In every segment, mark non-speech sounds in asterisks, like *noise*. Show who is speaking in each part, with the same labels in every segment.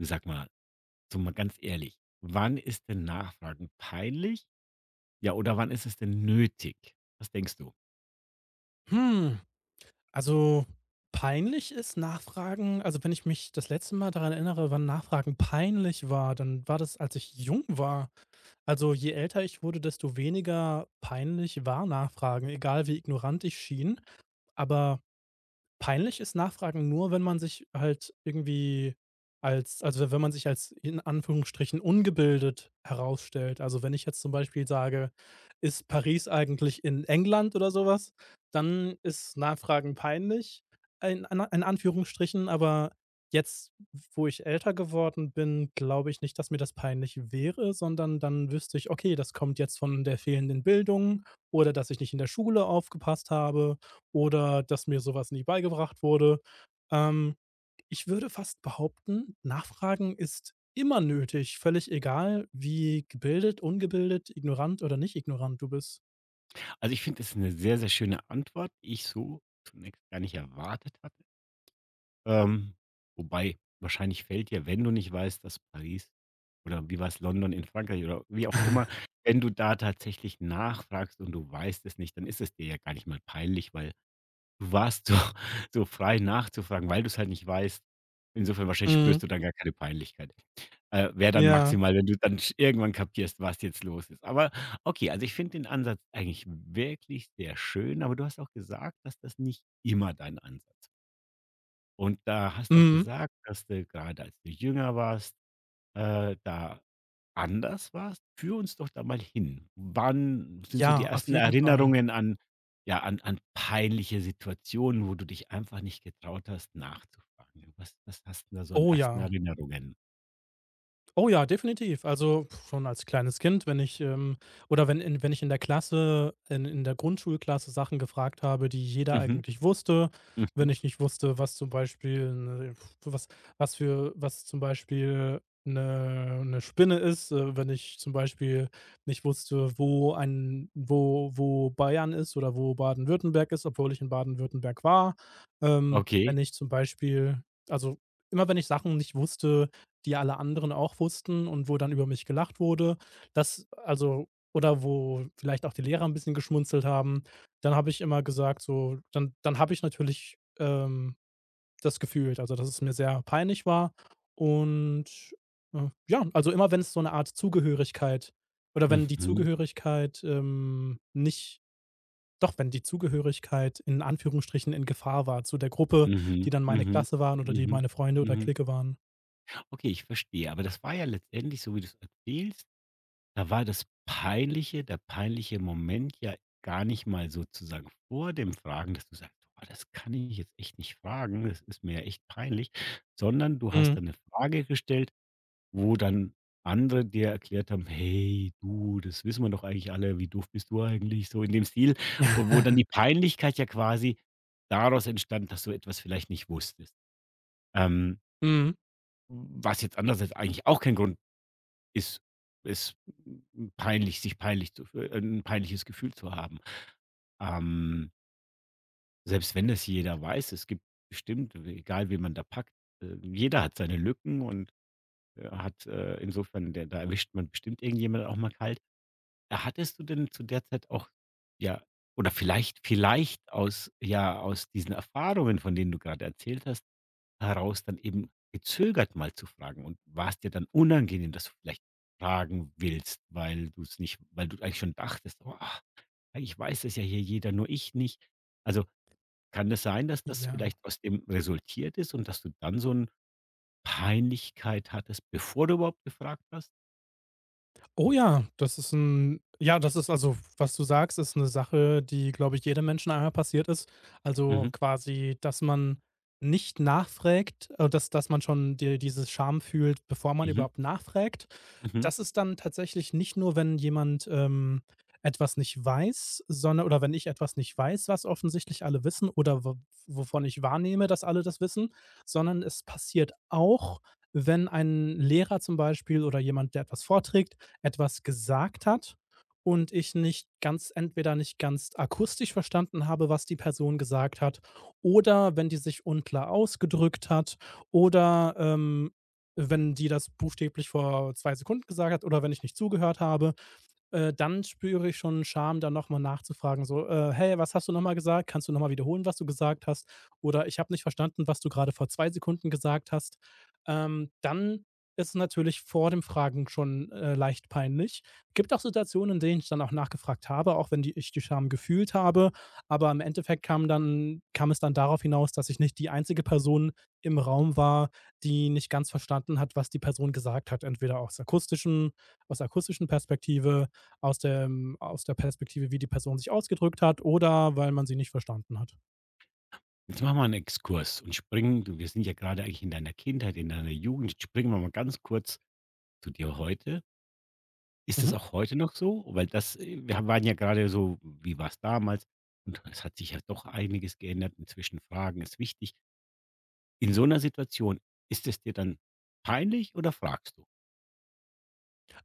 Speaker 1: Sag mal, so mal ganz ehrlich, wann ist denn Nachfragen peinlich? Ja, oder wann ist es denn nötig? Was denkst du?
Speaker 2: Hm, also peinlich ist Nachfragen, also wenn ich mich das letzte Mal daran erinnere, wann Nachfragen peinlich war, dann war das, als ich jung war. Also, je älter ich wurde, desto weniger peinlich war Nachfragen, egal wie ignorant ich schien. Aber peinlich ist Nachfragen nur, wenn man sich halt irgendwie also wenn man sich als in Anführungsstrichen ungebildet herausstellt. Also, wenn ich jetzt zum Beispiel sage: „Ist Paris eigentlich in England?" oder sowas, dann ist Nachfragen peinlich, in Anführungsstrichen, aber jetzt, wo ich älter geworden bin, glaube ich nicht, dass mir das peinlich wäre, sondern dann wüsste ich: „Okay, das kommt jetzt von der fehlenden Bildung oder dass ich nicht in der Schule aufgepasst habe" oder dass mir sowas was nie beigebracht wurde. Ähm, Ich würde fast behaupten, Nachfragen ist immer nötig, völlig egal, wie gebildet, ungebildet, ignorant oder nicht ignorant du bist.
Speaker 1: Also ich finde, das ist eine sehr, sehr schöne Antwort, die ich so zunächst gar nicht erwartet hatte. Ähm, Wobei wahrscheinlich fällt dir, wenn du nicht weißt, dass Paris oder wie war's, London in Frankreich oder wie auch immer, wenn du da tatsächlich nachfragst und du weißt es nicht, dann ist es dir ja gar nicht mal peinlich, weil du warst so *laughs* so frei nachzufragen, weil du's halt nicht weißt. Insofern wahrscheinlich
Speaker 2: Mhm.
Speaker 1: spürst du dann gar keine Peinlichkeit. Wäre dann
Speaker 2: Ja.
Speaker 1: maximal, wenn du dann sch irgendwann kapierst, was jetzt los ist. Aber okay, also ich finde den Ansatz eigentlich wirklich sehr schön, aber du hast auch gesagt, dass das nicht immer dein Ansatz war. Und da hast du auch
Speaker 2: Mhm.
Speaker 1: gesagt, dass du gerade als du jünger warst, da anders warst. Führ uns doch da mal hin. Wann sind so die
Speaker 2: Ja, auf
Speaker 1: ersten
Speaker 2: jeden Fall.
Speaker 1: Erinnerungen an, ja, an peinliche Situationen, wo du dich einfach nicht getraut hast, nachzufragen? Was hast du da so an
Speaker 2: Oh
Speaker 1: ersten
Speaker 2: ja.
Speaker 1: Erinnerungen?
Speaker 2: Oh ja, definitiv. Also, schon als kleines Kind, wenn ich, oder wenn ich in der Klasse in der Grundschulklasse Sachen gefragt habe, die jeder
Speaker 1: Mhm,
Speaker 2: eigentlich wusste. Wenn
Speaker 1: mhm.
Speaker 2: ich nicht wusste, was zum Beispiel was für was zum Beispiel eine Spinne ist, wenn ich zum Beispiel nicht wusste, wo Bayern ist oder wo Baden-Württemberg ist, obwohl ich in Baden-Württemberg war.
Speaker 1: Okay.
Speaker 2: Wenn ich zum Beispiel also, immer wenn ich Sachen nicht wusste, die alle anderen auch wussten und wo dann über mich gelacht wurde. Das, also oder wo vielleicht auch die Lehrer ein bisschen geschmunzelt haben. Dann habe ich immer gesagt so dann dann habe ich natürlich, das gefühlt, also, dass es mir sehr peinlich war und, ja, also, immer wenn es so eine Art Zugehörigkeit oder wenn die
Speaker 1: Mhm,
Speaker 2: Zugehörigkeit, nicht doch, wenn die Zugehörigkeit in Anführungsstrichen in Gefahr war, zu der Gruppe,
Speaker 1: mhm,
Speaker 2: die dann meine
Speaker 1: mhm,
Speaker 2: Klasse waren oder die
Speaker 1: mhm,
Speaker 2: meine Freunde oder
Speaker 1: mhm.
Speaker 2: Clique waren.
Speaker 1: Okay, ich verstehe. Aber das war ja letztendlich, so wie du es erzählst, da war das peinliche der peinliche Moment ja gar nicht mal sozusagen vor dem Fragen, dass du sagst: „Boah, das kann ich jetzt echt nicht fragen. Das ist mir ja echt peinlich.“ Sondern du hast
Speaker 2: Mhm.
Speaker 1: dann eine Frage gestellt, wo dann andere dir erklärt haben: „Hey, du, das wissen wir doch eigentlich alle. Wie doof bist du eigentlich?“ So in dem Stil. Und wo dann die
Speaker 2: *laughs*
Speaker 1: Peinlichkeit ja quasi daraus entstand, dass du etwas vielleicht nicht wusstest. Ähm,
Speaker 2: Mhm.
Speaker 1: Was jetzt andererseits eigentlich auch kein Grund ist, es peinlich sich peinlich zu fü 'n peinliches Gefühl zu haben. Ähm, Selbst wenn das jeder weiß, es gibt bestimmt, egal wen man da packt, jeder hat seine Lücken und, hat, insofern, da erwischt man bestimmt irgendjemand auch mal kalt. Hattest du denn zu der Zeit auch, ja, oder vielleicht aus, ja, aus diesen Erfahrungen, von denen du gerade erzählt hast, heraus dann eben gezögert, mal zu fragen und war es dir dann unangenehm, dass du vielleicht fragen willst, weil du es nicht weil du eigentlich schon dachtest: „Oh, ah, eigentlich weiß es ja hier jeder, nur ich nicht.“ Also, kann es sein, dass das
Speaker 2: Ja.
Speaker 1: vielleicht aus dem resultiert ist und dass du dann so eine Peinlichkeit hattest, bevor du überhaupt gefragt hast?
Speaker 2: Oh ja, das ist ein ja, das ist also, was du sagst, ist eine Sache, die, glaube ich, jedem Menschen einmal passiert ist. Also,
Speaker 1: Mhm,
Speaker 2: quasi, dass man nicht nachfragt, dass man schon diese Scham fühlt, bevor man
Speaker 1: mhm,
Speaker 2: überhaupt nachfragt.
Speaker 1: mhm.
Speaker 2: Das ist dann tatsächlich nicht nur, wenn jemand, etwas nicht weiß, sondern oder wenn ich etwas nicht weiß, was offensichtlich alle wissen oder wo wovon ich wahrnehme, dass alle das wissen, sondern es passiert auch, wenn ein Lehrer zum Beispiel oder jemand, der etwas vorträgt, etwas gesagt hat und ich nicht ganz entweder nicht ganz akustisch verstanden habe, was die Person gesagt hat, oder wenn die sich unklar ausgedrückt hat oder, wenn die das buchstäblich vor 2 Sekunden gesagt hat oder wenn ich nicht zugehört habe, dann spüre ich schon Scham, dann nochmal nachzufragen, so: Hey, was hast du nochmal gesagt? Kannst du nochmal wiederholen, was du gesagt hast?" Oder: „Ich habe nicht verstanden, was du gerade vor 2 Sekunden gesagt hast." Dann ist es natürlich vor dem Fragen schon, leicht peinlich. Gibt auch Situationen, in denen ich dann auch nachgefragt habe, auch wenn die ich die Scham gefühlt habe, aber im Endeffekt kam es dann darauf hinaus, dass ich nicht die einzige Person im Raum war, die nicht ganz verstanden hat, was die Person gesagt hat, entweder aus akustischen, Perspektive, aus der Perspektive, wie die Person sich ausgedrückt hat, oder weil man sie nicht verstanden hat.
Speaker 1: Jetzt machen wir einen Exkurs und springen du wir sind ja gerade eigentlich in deiner Kindheit, in deiner Jugend. Jetzt springen wir mal ganz kurz zu dir heute. Ist das
Speaker 2: Mhm.
Speaker 1: auch heute noch so? Weil das, wir waren ja gerade so: Wie war's damals? Und es hat sich ja doch einiges geändert. Inzwischen fragen ist wichtig. In so einer Situation, ist es dir dann peinlich oder fragst du?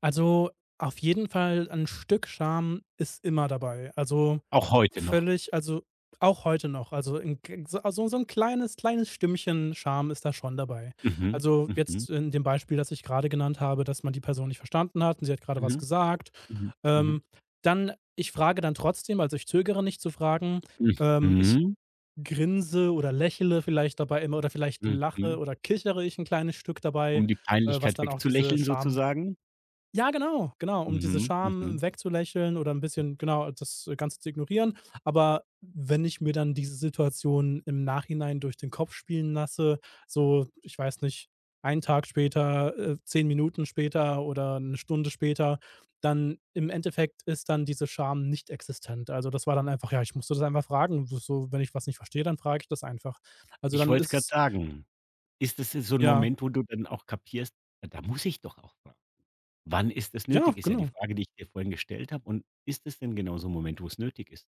Speaker 2: Also, auf jeden Fall ein Stück Scham ist immer dabei. Also,
Speaker 1: Auch heute noch?
Speaker 2: völlig also, auch heute noch. Also, 'n so also, so 'n kleines Stimmchen Scham ist da schon dabei.
Speaker 1: Mhm,
Speaker 2: Also,
Speaker 1: mhm,
Speaker 2: jetzt in dem Beispiel, das ich gerade genannt habe, dass man die Person nicht verstanden hat und sie hat gerade was
Speaker 1: mhm,
Speaker 2: gesagt.
Speaker 1: mhm, mhm,
Speaker 2: Ähm, Dann, ich frage dann trotzdem, also ich zögere nicht zu fragen.
Speaker 1: mhm,
Speaker 2: Ich
Speaker 1: mhm.
Speaker 2: grinse oder lächele vielleicht dabei immer oder vielleicht lache
Speaker 1: mhm.
Speaker 2: oder kichere ich ein kleines Stück dabei,
Speaker 1: Um die
Speaker 2: was
Speaker 1: Peinlichkeit
Speaker 2: dann auch diese
Speaker 1: wegzulächeln
Speaker 2: Scham,
Speaker 1: sozusagen?
Speaker 2: ja, genau, genau, um diese
Speaker 1: Mhm,
Speaker 2: Scham
Speaker 1: mhm.
Speaker 2: wegzulächeln oder 'n bisschen, genau, das Ganze zu ignorieren. Aber wenn ich mir dann diese Situation im Nachhinein durch den Kopf spielen lasse, so, ich weiß nicht, einen Tag später, 10 Minuten später oder 'ne Stunde später, dann im Endeffekt ist dann diese Scham nicht existent. Also, das war dann einfach, ja, ich musste das einfach fragen. So, wenn ich was nicht verstehe, dann frage ich das einfach. Also,
Speaker 1: Ich
Speaker 2: dann
Speaker 1: wollte es
Speaker 2: ist
Speaker 1: grad
Speaker 2: es,
Speaker 1: sagen. Ist das so 'n
Speaker 2: ja,
Speaker 1: Moment, wo du dann auch kapierst: „Da muss ich doch auch fragen.“ Wann ist es
Speaker 2: ja,
Speaker 1: nötig, ist ja die
Speaker 2: genau.
Speaker 1: Frage, die ich dir vorhin gestellt habe. Und ist es denn genau so 'n Moment, wo es nötig ist?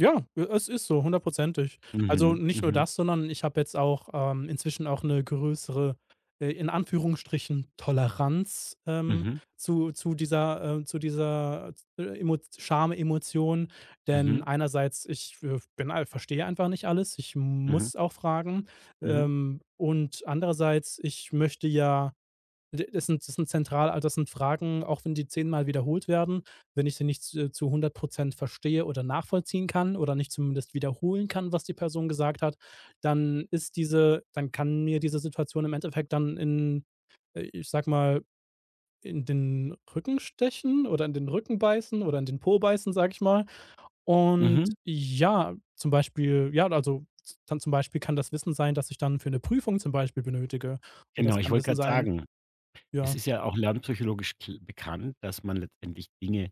Speaker 2: Ja, es ist so, hundertprozentig. Also,
Speaker 1: Mhm,
Speaker 2: nicht nur
Speaker 1: mhm,
Speaker 2: das, sondern ich habe jetzt auch, inzwischen auch eine größere, in Anführungsstrichen Toleranz,
Speaker 1: mhm,
Speaker 2: zu dieser zu dieser, Emo Scham-Emotion. Denn
Speaker 1: mhm,
Speaker 2: einerseits, ich, bin ei verstehe einfach nicht alles. Ich
Speaker 1: mhm,
Speaker 2: muss auch fragen.
Speaker 1: mhm,
Speaker 2: Und andererseits, ich möchte ja das sind, das sind zentral also das sind Fragen, auch wenn die zehnmal wiederholt werden, wenn ich sie nicht zu 100 Prozent verstehe oder nachvollziehen kann oder nicht zumindest wiederholen kann, was die Person gesagt hat, dann ist diese dann kann mir diese Situation im Endeffekt dann in, ich sag mal, in den Rücken stechen oder in den Rücken beißen oder in den Po beißen, sage ich mal. Und
Speaker 1: mhm.
Speaker 2: ja, zum Beispiel, ja, also z dann zum Beispiel kann das Wissen sein, dass ich dann für eine Prüfung zum Beispiel benötige, oder
Speaker 1: Genau,
Speaker 2: es
Speaker 1: ich
Speaker 2: kann
Speaker 1: wollte
Speaker 2: Wissen
Speaker 1: grad
Speaker 2: sein,
Speaker 1: sagen, es
Speaker 2: ja.
Speaker 1: ist ja auch lernpsychologisch kl bekannt, dass man letztendlich Dinge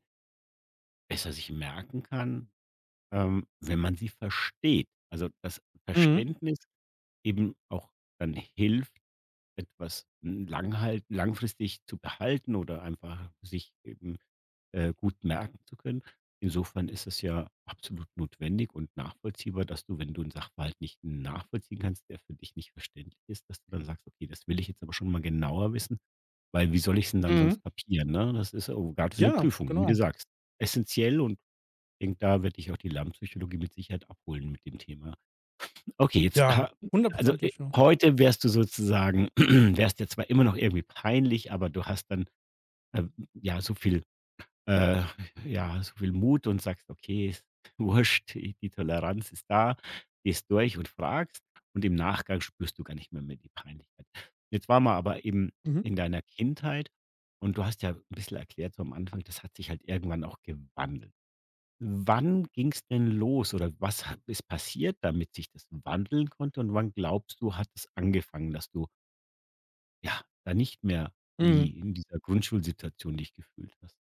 Speaker 1: besser sich merken kann, wenn man sie versteht. Also, das
Speaker 2: Mhm.
Speaker 1: Verständnis eben auch dann hilft, etwas n langhalt langfristig zu behalten oder einfach sich eben gut merken zu können. Insofern ist es ja absolut notwendig und nachvollziehbar, dass du, wenn du einen Sachverhalt nicht nachvollziehen kannst, der für dich nicht verständlich ist, dass du dann sagst: „Okay, das will ich jetzt aber schon mal genauer wissen, weil wie soll ich's denn dann
Speaker 2: Mhm.
Speaker 1: sonst kapieren“, ne? Das ist, oh, grad für eine
Speaker 2: Ja,
Speaker 1: Prüfung, wie du
Speaker 2: genau.
Speaker 1: sagst, essentiell. Und ich denke, da wird dich auch die Lernpsychologie mit Sicherheit abholen mit dem Thema. Okay, jetzt
Speaker 2: Ja,
Speaker 1: ha
Speaker 2: 100
Speaker 1: also,
Speaker 2: %ig, ja.
Speaker 1: heute wärst du sozusagen *clears throat* wärst dir zwar immer noch irgendwie peinlich, aber du hast dann, äh, ja, so viel äh, ja, so viel Mut und sagst: „Okay, ist *laughs* wurscht, i die Toleranz ist da.“ Gehst durch und fragst und im Nachgang spürst du gar nicht mehr die Peinlichkeit. Jetzt waren wir aber eben
Speaker 2: Mhm.
Speaker 1: in deiner Kindheit und du hast ja ein bisschen erklärt so am Anfang, das hat sich halt irgendwann auch gewandelt. Wann ging es denn los oder was ha ist passiert, damit sich das wandeln konnte und wann glaubst du, hat es angefangen, dass du, ja, da nicht mehr
Speaker 2: Mhm.
Speaker 1: wie in dieser Grundschulsituation dich gefühlt hast?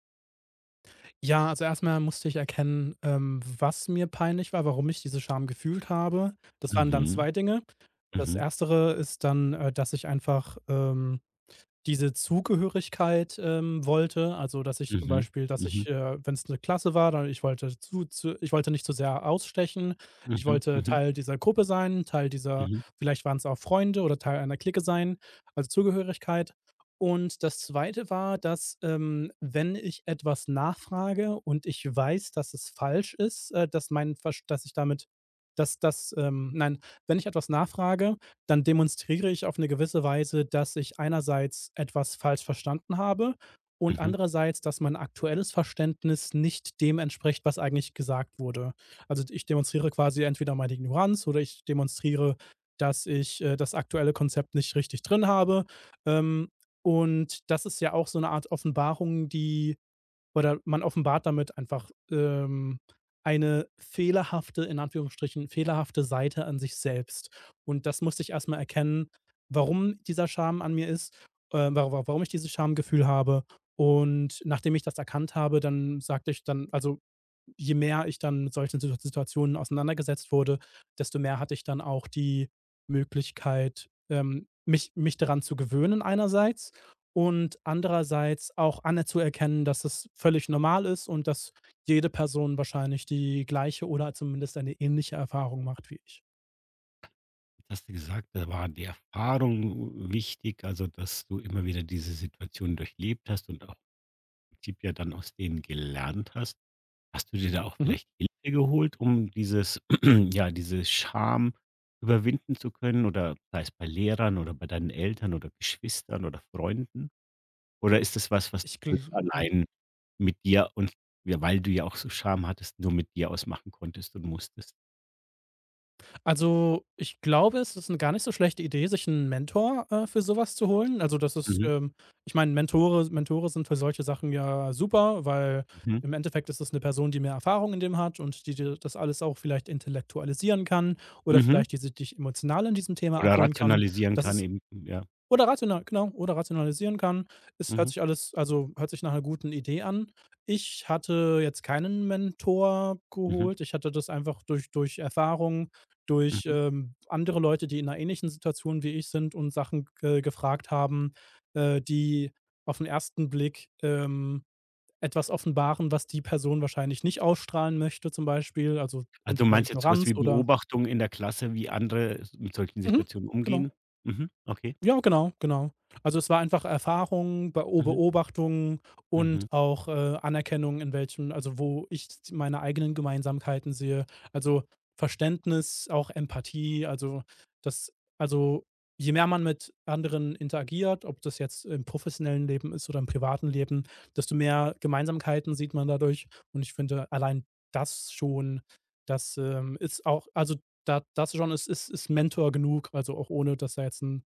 Speaker 2: Ja, also erstmal musste ich erkennen, was mir peinlich war, warum ich diese Scham gefühlt habe. Das waren dann
Speaker 1: Mhm,
Speaker 2: 2 Dinge. Das
Speaker 1: mhm.
Speaker 2: Erstere ist dann, dass ich einfach, diese Zugehörigkeit, wollte. Also,
Speaker 1: Mhm,
Speaker 2: Dass ich,
Speaker 1: mhm,
Speaker 2: wenn es eine Klasse war, dann ich wollte zu ich wollte nicht zu sehr ausstechen. Ich
Speaker 1: mhm,
Speaker 2: wollte
Speaker 1: mhm,
Speaker 2: Teil dieser Gruppe sein, Teil dieser
Speaker 1: mhm,
Speaker 2: vielleicht waren es auch Freunde oder Teil einer Clique sein, also Zugehörigkeit. Und das Zweite war, dass, wenn ich etwas nachfrage und ich weiß, dass es falsch ist, dass mein Verst dass das, nein, wenn ich etwas nachfrage, dann demonstriere ich auf eine gewisse Weise, dass ich einerseits etwas falsch verstanden habe und
Speaker 1: mhm.
Speaker 2: andererseits, dass mein aktuelles Verständnis nicht dem entspricht, was eigentlich gesagt wurde. Also, ich demonstriere quasi entweder meine Ignoranz oder ich demonstriere, dass ich, das aktuelle Konzept nicht richtig drin habe. Ähm, und das ist ja auch so eine Art Offenbarung, die oder man offenbart damit einfach, eine fehlerhafte, in Anführungsstrichen, fehlerhafte Seite an sich selbst. Und das musste ich erst mal erkennen, warum dieser Scham an mir ist, wa wa warum ich dieses Schamgefühl habe. Und nachdem ich das erkannt habe, dann sagte ich dann also, je mehr ich dann mit solchen Situationen auseinandergesetzt wurde, desto mehr hatte ich dann auch die Möglichkeit, mich daran zu gewöhnen einerseits und andererseits auch anzuerkennen, dass es völlig normal ist und dass jede Person wahrscheinlich die gleiche oder zumindest eine ähnliche Erfahrung macht wie ich.
Speaker 1: Jetzt hast du gesagt, da war die Erfahrung wichtig, also dass du immer wieder diese Situation durchlebt hast und auch im Prinzip ja dann aus denen gelernt hast. Hast du dir da auch
Speaker 2: Mhm.
Speaker 1: vielleicht Hilfe geholt, um dieses, *clears throat* ja, diese Scham überwinden zu können oder sei es bei Lehrern oder bei deinen Eltern oder Geschwistern oder Freunden? Oder ist das was, was du
Speaker 2: Ich gl
Speaker 1: alles
Speaker 2: Ja.
Speaker 1: allein mit dir und, ja, weil du ja auch so Scham hattest, nur mit dir ausmachen konntest und musstest?
Speaker 2: Also, ich glaube, es ist 'ne gar nicht so schlechte Idee, sich einen Mentor, für sowas zu holen. Also,
Speaker 1: Mhm,
Speaker 2: ich meine, Mentore sind für solche Sachen ja super, weil
Speaker 1: mhm.
Speaker 2: im Endeffekt ist es eine Person, die mehr Erfahrung in dem hat und die dir das alles auch vielleicht intellektualisieren kann oder
Speaker 1: Mhm.
Speaker 2: vielleicht die sich dich emotional in diesem Thema
Speaker 1: Oder
Speaker 2: abholen kann.
Speaker 1: rationalisieren
Speaker 2: Das
Speaker 1: kann
Speaker 2: ist
Speaker 1: eben, ja.
Speaker 2: Oder rational, genau, oder rationalisieren kann. Es hört
Speaker 1: Mhm,
Speaker 2: sich alles also, Hört sich nach einer guten Idee an. Ich hatte jetzt keinen Mentor
Speaker 1: mhm,
Speaker 2: geholt. Ich hatte das einfach durch, Erfahrung, durch,
Speaker 1: mhm.
Speaker 2: andere Leute, die in einer ähnlichen Situation wie ich sind und Sachen ge gefragt haben, die auf den ersten Blick, etwas offenbaren, was die Person wahrscheinlich nicht ausstrahlen möchte zum Beispiel, also
Speaker 1: Also, du
Speaker 2: entweder
Speaker 1: meinst jetzt so was
Speaker 2: Ignoranz
Speaker 1: wie
Speaker 2: oder,
Speaker 1: Beobachtung in der Klasse, wie andere s mit solchen
Speaker 2: mhm,
Speaker 1: Situationen
Speaker 2: genau.
Speaker 1: umgehen? Mhm, okay.
Speaker 2: Ja, genau, genau. Also, es war einfach Erfahrung,
Speaker 1: Mhm,
Speaker 2: Beobachtung
Speaker 1: mhm.
Speaker 2: und auch, Anerkennung, wo ich s meine eigenen Gemeinsamkeiten sehe. Also, Verständnis, auch Empathie, also, das also, je mehr man mit anderen interagiert, ob das jetzt im professionellen Leben ist oder im privaten Leben, desto mehr Gemeinsamkeiten sieht man dadurch. Und ich finde allein das schon, das, ist auch also, da das schon ist Mentor genug, also auch ohne, dass da jetzt ein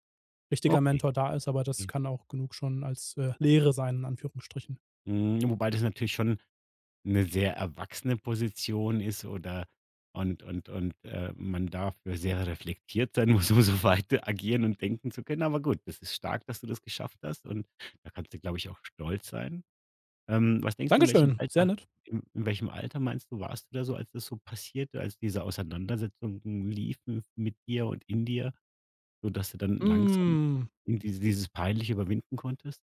Speaker 2: richtiger
Speaker 1: Okay,
Speaker 2: Mentor da ist, aber das
Speaker 1: okay.
Speaker 2: kann auch genug schon als, Lehre sein, in Anführungsstrichen.
Speaker 1: Hm, wobei das natürlich schon 'ne sehr erwachsene Position ist, oder, und, man dafür sehr reflektiert sein *laughs* muss, um so weit agieren und denken zu können. Aber gut, das ist stark, dass du das geschafft hast und da kannst du, glaube ich, auch stolz sein. Was denkst du, in welchem
Speaker 2: Dankeschön, sehr
Speaker 1: Alter
Speaker 2: nett.
Speaker 1: in in welchem Alter meinst du, warst du da so, als das so passierte, als diese Auseinandersetzungen liefen mit dir und in dir, sodass du dann langsam
Speaker 2: Mm.
Speaker 1: in dieses Peinliche überwinden konntest?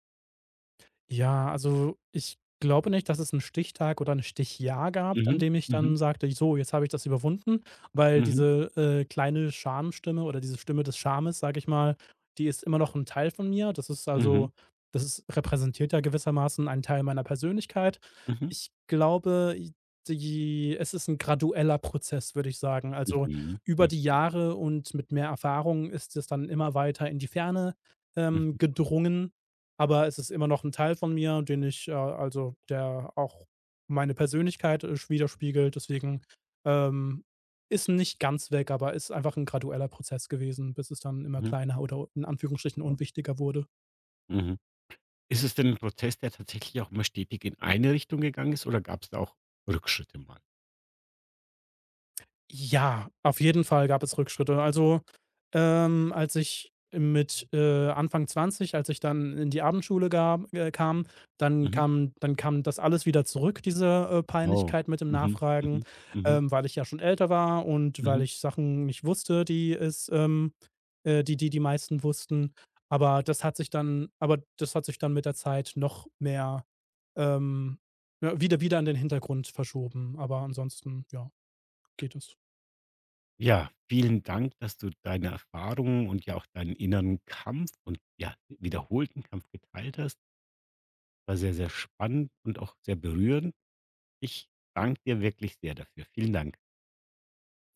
Speaker 2: Ja, also ich glaube nicht, dass es einen Stichtag oder ein Stichjahr gab, an
Speaker 1: Mhm,
Speaker 2: dem ich
Speaker 1: mhm,
Speaker 2: dann sagte: „So, jetzt habe ich das überwunden", weil
Speaker 1: mhm,
Speaker 2: diese, kleine Schamstimme oder diese Stimme des Schames, sage ich mal, die ist immer noch ein Teil von mir.
Speaker 1: mhm,
Speaker 2: Das ist, repräsentiert, ja, gewissermaßen einen Teil meiner Persönlichkeit.
Speaker 1: mhm,
Speaker 2: Ich glaube, i die es ist ein gradueller Prozess, würde ich sagen. Also,
Speaker 1: mhm,
Speaker 2: über die Jahre und mit mehr Erfahrung ist es dann immer weiter in die Ferne,
Speaker 1: mhm,
Speaker 2: gedrungen, aber es ist immer noch ein Teil von mir, der auch meine Persönlichkeit, widerspiegelt. Deswegen, ähm, ist nicht ganz weg, aber ist einfach ein gradueller Prozess gewesen, bis es dann immer
Speaker 1: mhm,
Speaker 2: kleiner oder in Anführungsstrichen unwichtiger wurde.
Speaker 1: mhm. Ist es denn ein Prozess, der tatsächlich auch immer stetig in eine Richtung gegangen ist oder gab's da auch Rückschritte mal?
Speaker 2: Ja, auf jeden Fall gab es Rückschritte. Also, als ich mit, Anfang 20, als ich dann in die Abendschule gab kam, dann
Speaker 1: Mhm.
Speaker 2: kam dann kam das alles wieder zurück, diese,
Speaker 1: Oh.
Speaker 2: Peinlichkeit mit dem
Speaker 1: Mhm,
Speaker 2: Nachfragen,
Speaker 1: mhm, mhm,
Speaker 2: weil ich ja schon älter war und weil
Speaker 1: mhm.
Speaker 2: ich Sachen nicht wusste, die meisten wussten. Aber das hat sich dann mit der Zeit noch mehr, ähm, ja, wieder in den Hintergrund verschoben. Aber ansonsten, ja, geht es.
Speaker 1: Ja, vielen Dank, dass du deine Erfahrungen und ja auch deinen inneren Kampf und, ja, wiederholten Kampf geteilt hast. War sehr, sehr spannend und auch sehr berührend. Ich danke dir wirklich sehr dafür. Vielen Dank.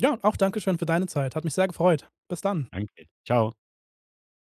Speaker 2: Ja, auch Dankeschön für deine Zeit. Hat mich sehr gefreut. Bis dann.
Speaker 1: Danke. Ciao.